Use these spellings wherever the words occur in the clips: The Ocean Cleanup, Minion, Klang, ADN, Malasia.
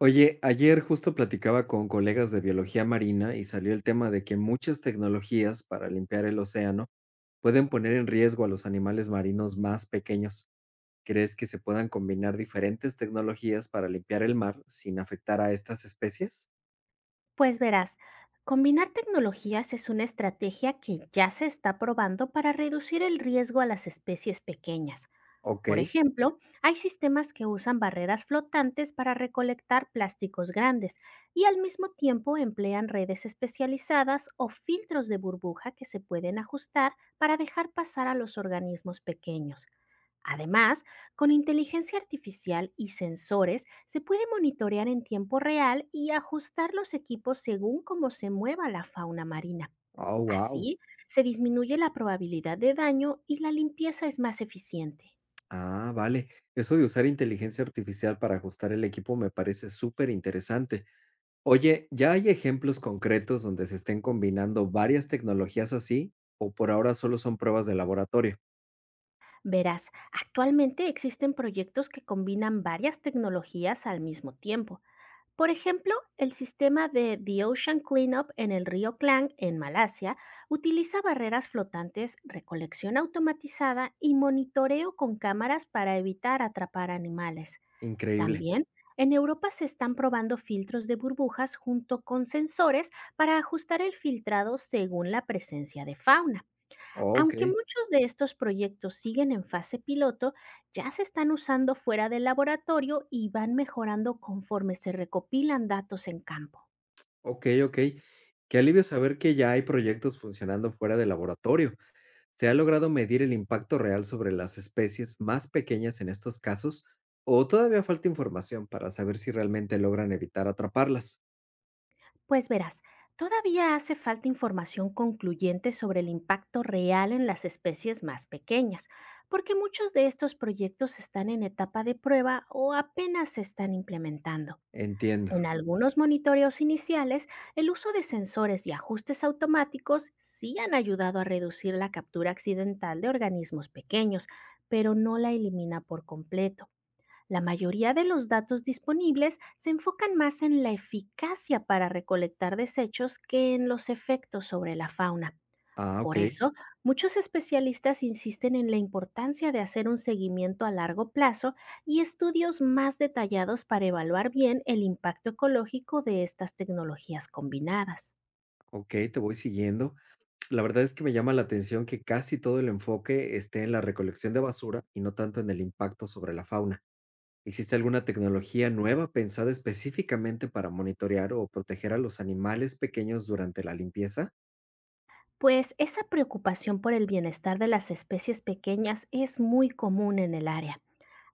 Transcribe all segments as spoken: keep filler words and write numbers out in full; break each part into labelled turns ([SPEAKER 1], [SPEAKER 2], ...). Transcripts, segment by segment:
[SPEAKER 1] Oye, ayer justo platicaba con colegas de biología marina y salió el tema de que muchas tecnologías para limpiar el océano pueden poner en riesgo a los animales marinos más pequeños. ¿Crees que se puedan combinar diferentes tecnologías para limpiar el mar sin afectar a estas especies?
[SPEAKER 2] Pues verás, combinar tecnologías es una estrategia que ya se está probando para reducir el riesgo a las especies pequeñas.
[SPEAKER 1] Ok.
[SPEAKER 2] Por ejemplo, hay sistemas que usan barreras flotantes para recolectar plásticos grandes y al mismo tiempo emplean redes especializadas o filtros de burbuja que se pueden ajustar para dejar pasar a los organismos pequeños. Además, con inteligencia artificial y sensores se puede monitorear en tiempo real y ajustar los equipos según cómo se mueva la fauna marina.
[SPEAKER 1] Oh, wow.
[SPEAKER 2] Así, se disminuye la probabilidad de daño y la limpieza es más eficiente.
[SPEAKER 1] Ah, vale. Eso de usar inteligencia artificial para ajustar el equipo me parece súper interesante. Oye, ¿ya hay ejemplos concretos donde se estén combinando varias tecnologías así? ¿O por ahora solo son pruebas de laboratorio?
[SPEAKER 2] Verás, actualmente existen proyectos que combinan varias tecnologías al mismo tiempo. Por ejemplo, el sistema de The Ocean Cleanup en el río Klang, en Malasia, utiliza barreras flotantes, recolección automatizada y monitoreo con cámaras para evitar atrapar animales.
[SPEAKER 1] Increíble.
[SPEAKER 2] También, en Europa se están probando filtros de burbujas junto con sensores para ajustar el filtrado según la presencia de fauna.
[SPEAKER 1] Ok,
[SPEAKER 2] Aunque muchos de estos proyectos siguen en fase piloto, ya se están usando fuera del laboratorio y van mejorando conforme se recopilan datos en campo.
[SPEAKER 1] ok, ok. Qué alivio saber que ya hay proyectos funcionando fuera del laboratorio. ¿Se ha logrado medir el impacto real sobre las especies más pequeñas en estos casos? ¿O todavía falta información para saber si realmente logran evitar atraparlas?
[SPEAKER 2] Pues verás, todavía hace falta información concluyente sobre el impacto real en las especies más pequeñas, porque muchos de estos proyectos están en etapa de prueba o apenas se están implementando.
[SPEAKER 1] Entiendo.
[SPEAKER 2] En algunos monitoreos iniciales, el uso de sensores y ajustes automáticos sí han ayudado a reducir la captura accidental de organismos pequeños, pero no la elimina por completo. La mayoría de los datos disponibles se enfocan más en la eficacia para recolectar desechos que en los efectos sobre la fauna.
[SPEAKER 1] Ah,
[SPEAKER 2] Por
[SPEAKER 1] ok,
[SPEAKER 2] eso, muchos especialistas insisten en la importancia de hacer un seguimiento a largo plazo y estudios más detallados para evaluar bien el impacto ecológico de estas tecnologías combinadas.
[SPEAKER 1] ok, te voy siguiendo. La verdad es que me llama la atención que casi todo el enfoque esté en la recolección de basura y no tanto en el impacto sobre la fauna. ¿Existe alguna tecnología nueva pensada específicamente para monitorear o proteger a los animales pequeños durante la limpieza?
[SPEAKER 2] Pues esa preocupación por el bienestar de las especies pequeñas es muy común en el área.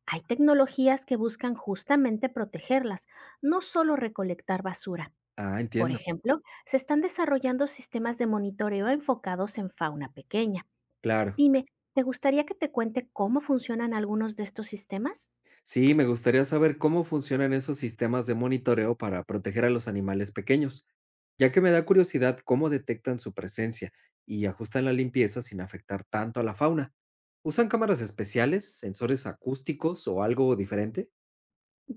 [SPEAKER 2] Hay tecnologías que buscan justamente protegerlas, no solo recolectar basura.
[SPEAKER 1] Ah,
[SPEAKER 2] Por
[SPEAKER 1] entiendo.
[SPEAKER 2] ejemplo, se están desarrollando sistemas de monitoreo enfocados en fauna pequeña.
[SPEAKER 1] Claro.
[SPEAKER 2] Dime, ¿te gustaría que te cuente cómo funcionan algunos de estos sistemas?
[SPEAKER 1] Sí, me gustaría saber cómo funcionan esos sistemas de monitoreo para proteger a los animales pequeños, ya que me da curiosidad cómo detectan su presencia y ajustan la limpieza sin afectar tanto a la fauna. ¿Usan cámaras especiales, sensores acústicos o algo diferente?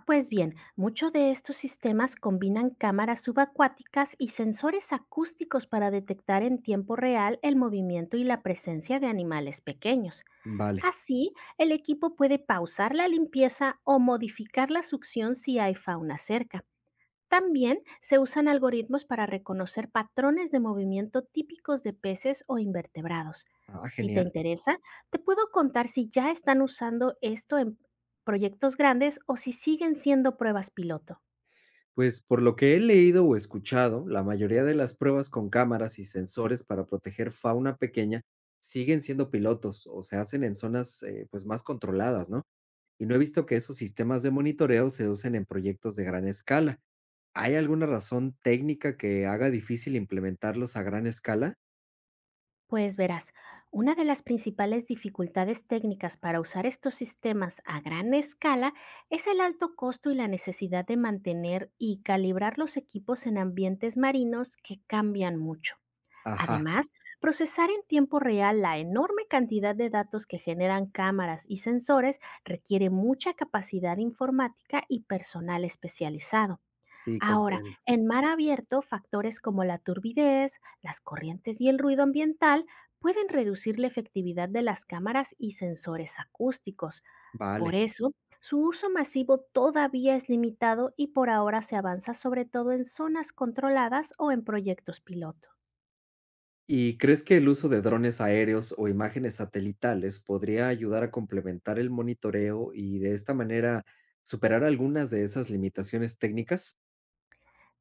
[SPEAKER 2] Pues bien, muchos de estos sistemas combinan cámaras subacuáticas y sensores acústicos para detectar en tiempo real el movimiento y la presencia de animales pequeños.
[SPEAKER 1] Vale.
[SPEAKER 2] Así, el equipo puede pausar la limpieza o modificar la succión si hay fauna cerca. También se usan algoritmos para reconocer patrones de movimiento típicos de peces o invertebrados.
[SPEAKER 1] Ah,
[SPEAKER 2] Si te
[SPEAKER 1] genial.
[SPEAKER 2] interesa, te puedo contar si ya están usando esto en proyectos grandes o si siguen siendo pruebas piloto.
[SPEAKER 1] Pues por lo que he leído o escuchado, la mayoría de las pruebas con cámaras y sensores para proteger fauna pequeña siguen siendo pilotos o se hacen en zonas eh, pues más controladas, ¿no? Y no he visto que esos sistemas de monitoreo se usen en proyectos de gran escala. ¿Hay alguna razón técnica que haga difícil implementarlos a gran escala?
[SPEAKER 2] Pues verás, una de las principales dificultades técnicas para usar estos sistemas a gran escala es el alto costo y la necesidad de mantener y calibrar los equipos en ambientes marinos que cambian mucho.
[SPEAKER 1] Ajá,
[SPEAKER 2] Además, procesar en tiempo real la enorme cantidad de datos que generan cámaras y sensores requiere mucha capacidad informática y personal especializado.
[SPEAKER 1] sí,
[SPEAKER 2] Ahora,
[SPEAKER 1] comprendo.
[SPEAKER 2] en mar abierto, factores como la turbidez, las corrientes y el ruido ambiental pueden reducir la efectividad de las cámaras y sensores acústicos. Por
[SPEAKER 1] Vale.
[SPEAKER 2] eso, su uso masivo todavía es limitado y por ahora se avanza sobre todo en zonas controladas o en proyectos piloto.
[SPEAKER 1] ¿Y crees que el uso de drones aéreos o imágenes satelitales podría ayudar a complementar el monitoreo y de esta manera superar algunas de esas limitaciones técnicas?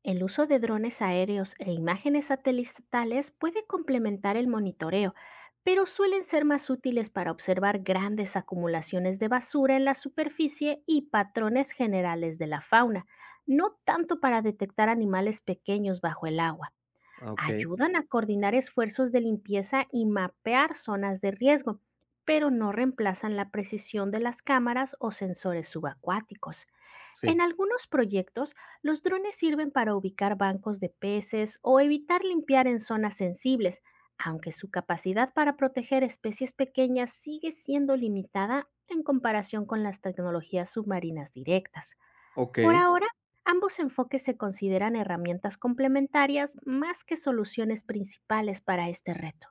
[SPEAKER 2] El uso de drones aéreos e imágenes satelitales puede complementar el monitoreo, pero suelen ser más útiles para observar grandes acumulaciones de basura en la superficie y patrones generales de la fauna, no tanto para detectar animales pequeños bajo el agua.
[SPEAKER 1] Ah, ok,
[SPEAKER 2] Ayudan a coordinar esfuerzos de limpieza y mapear zonas de riesgo, pero no reemplazan la precisión de las cámaras o sensores subacuáticos. En
[SPEAKER 1] sí,
[SPEAKER 2] algunos proyectos, los drones sirven para ubicar bancos de peces o evitar limpiar en zonas sensibles, aunque su capacidad para proteger especies pequeñas sigue siendo limitada en comparación con las tecnologías submarinas directas.
[SPEAKER 1] ok.
[SPEAKER 2] Por ahora, ambos enfoques se consideran herramientas complementarias más que soluciones principales para este reto.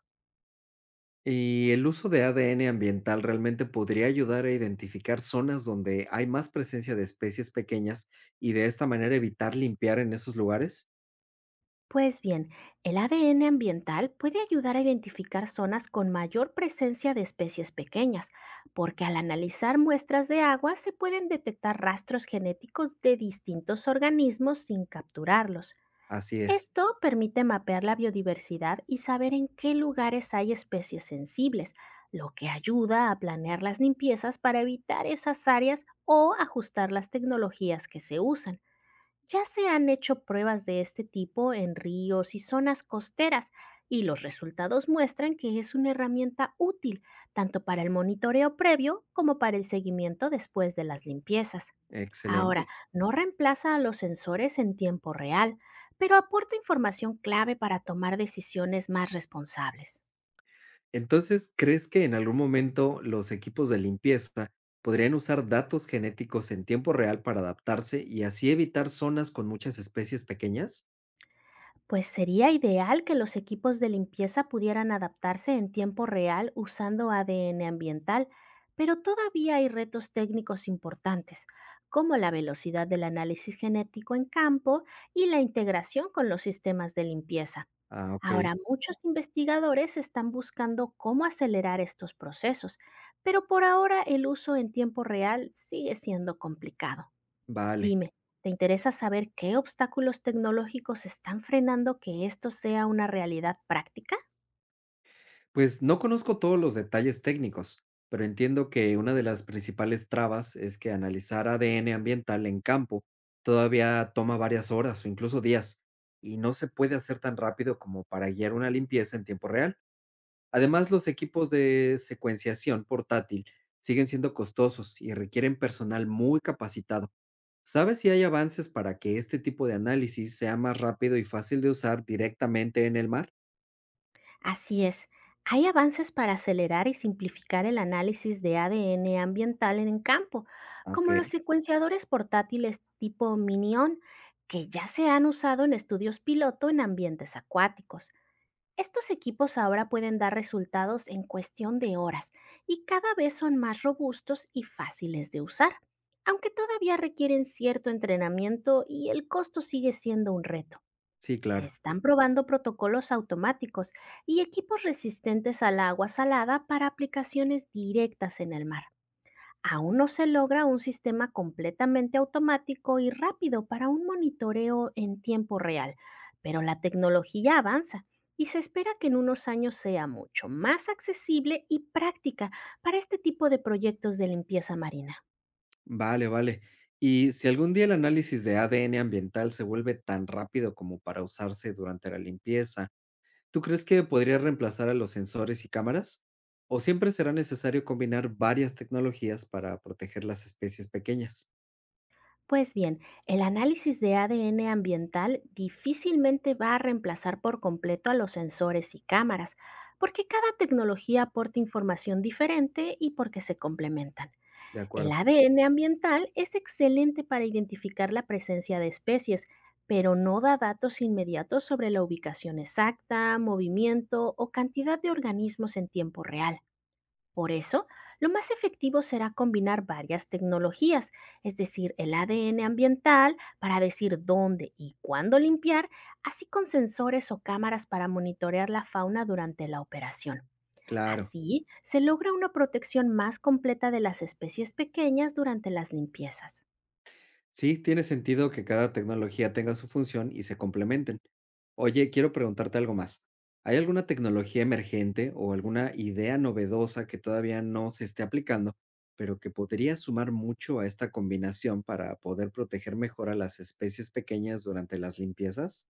[SPEAKER 1] ¿Y el uso de A D N ambiental realmente podría ayudar a identificar zonas donde hay más presencia de especies pequeñas y de esta manera evitar limpiar en esos lugares?
[SPEAKER 2] Pues bien, el A D N ambiental puede ayudar a identificar zonas con mayor presencia de especies pequeñas, porque al analizar muestras de agua se pueden detectar rastros genéticos de distintos organismos sin capturarlos.
[SPEAKER 1] Así es,
[SPEAKER 2] Esto permite mapear la biodiversidad y saber en qué lugares hay especies sensibles, lo que ayuda a planear las limpiezas para evitar esas áreas o ajustar las tecnologías que se usan. Ya se han hecho pruebas de este tipo en ríos y zonas costeras y los resultados muestran que es una herramienta útil tanto para el monitoreo previo como para el seguimiento después de las limpiezas. Ahora,
[SPEAKER 1] excelente.
[SPEAKER 2] no reemplaza a los sensores en tiempo real, pero aporta información clave para tomar decisiones más responsables.
[SPEAKER 1] Entonces, ¿crees que en algún momento los equipos de limpieza podrían usar datos genéticos en tiempo real para adaptarse y así evitar zonas con muchas especies pequeñas?
[SPEAKER 2] Pues sería ideal que los equipos de limpieza pudieran adaptarse en tiempo real usando A D N ambiental, pero todavía hay retos técnicos importantes, como la velocidad del análisis genético en campo y la integración con los sistemas de limpieza.
[SPEAKER 1] Ah, ok,
[SPEAKER 2] Ahora, muchos investigadores están buscando cómo acelerar estos procesos, pero por ahora el uso en tiempo real sigue siendo complicado.
[SPEAKER 1] vale.
[SPEAKER 2] Dime, ¿te interesa saber qué obstáculos tecnológicos están frenando que esto sea una realidad práctica?
[SPEAKER 1] Pues no conozco todos los detalles técnicos, pero entiendo que una de las principales trabas es que analizar A D N ambiental en campo todavía toma varias horas o incluso días, y no se puede hacer tan rápido como para guiar una limpieza en tiempo real. Además, los equipos de secuenciación portátil siguen siendo costosos y requieren personal muy capacitado. ¿Sabes si hay avances para que este tipo de análisis sea más rápido y fácil de usar directamente en el mar?
[SPEAKER 2] Así es, hay avances para acelerar y simplificar el análisis de A D N ambiental en el campo,
[SPEAKER 1] Ok,
[SPEAKER 2] como los secuenciadores portátiles tipo Minion, que ya se han usado en estudios piloto en ambientes acuáticos. Estos equipos ahora pueden dar resultados en cuestión de horas y cada vez son más robustos y fáciles de usar, aunque todavía requieren cierto entrenamiento y el costo sigue siendo un reto.
[SPEAKER 1] sí,
[SPEAKER 2] Se
[SPEAKER 1] claro.
[SPEAKER 2] están probando protocolos automáticos y equipos resistentes al agua salada para aplicaciones directas en el mar. Aún no se logra un sistema completamente automático y rápido para un monitoreo en tiempo real, pero la tecnología avanza y se espera que en unos años sea mucho más accesible y práctica para este tipo de proyectos de limpieza marina.
[SPEAKER 1] Vale, vale. Y si algún día el análisis de A D N ambiental se vuelve tan rápido como para usarse durante la limpieza, ¿tú crees que podría reemplazar a los sensores y cámaras? ¿O siempre será necesario combinar varias tecnologías para proteger las especies pequeñas?
[SPEAKER 2] Pues bien, el análisis de A D N ambiental difícilmente va a reemplazar por completo a los sensores y cámaras, porque cada tecnología aporta información diferente y porque se complementan.
[SPEAKER 1] De
[SPEAKER 2] El
[SPEAKER 1] acuerdo,
[SPEAKER 2] A D N ambiental es excelente para identificar la presencia de especies, pero no da datos inmediatos sobre la ubicación exacta, movimiento o cantidad de organismos en tiempo real. Por eso, lo más efectivo será combinar varias tecnologías, es decir, el A D N ambiental para decir dónde y cuándo limpiar, así con sensores o cámaras para monitorear la fauna durante la operación.
[SPEAKER 1] claro.
[SPEAKER 2] Así, se logra una protección más completa de las especies pequeñas durante las limpiezas.
[SPEAKER 1] Sí, tiene sentido que cada tecnología tenga su función y se complementen. Oye, quiero preguntarte algo más. ¿Hay alguna tecnología emergente o alguna idea novedosa que todavía no se esté aplicando, pero que podría sumar mucho a esta combinación para poder proteger mejor a las especies pequeñas durante las limpiezas?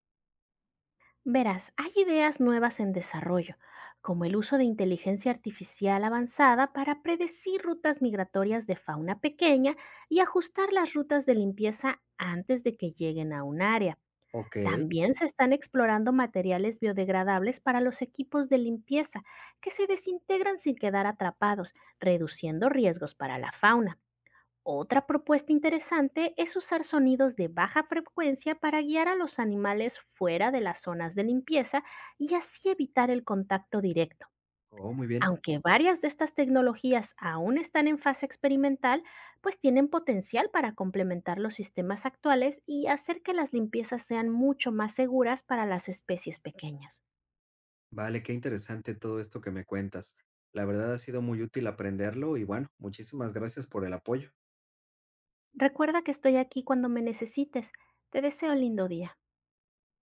[SPEAKER 2] Verás, hay ideas nuevas en desarrollo, como el uso de inteligencia artificial avanzada para predecir rutas migratorias de fauna pequeña y ajustar las rutas de limpieza antes de que lleguen a un área.
[SPEAKER 1] Ok.
[SPEAKER 2] También se están explorando materiales biodegradables para los equipos de limpieza, que se desintegran sin quedar atrapados, reduciendo riesgos para la fauna. Otra propuesta interesante es usar sonidos de baja frecuencia para guiar a los animales fuera de las zonas de limpieza y así evitar el contacto directo.
[SPEAKER 1] Oh, muy bien.
[SPEAKER 2] Aunque varias de estas tecnologías aún están en fase experimental, pues tienen potencial para complementar los sistemas actuales y hacer que las limpiezas sean mucho más seguras para las especies pequeñas.
[SPEAKER 1] Vale, qué interesante todo esto que me cuentas. La verdad ha sido muy útil aprenderlo y bueno, muchísimas gracias por el apoyo.
[SPEAKER 2] Recuerda que estoy aquí cuando me necesites. Te deseo un lindo día.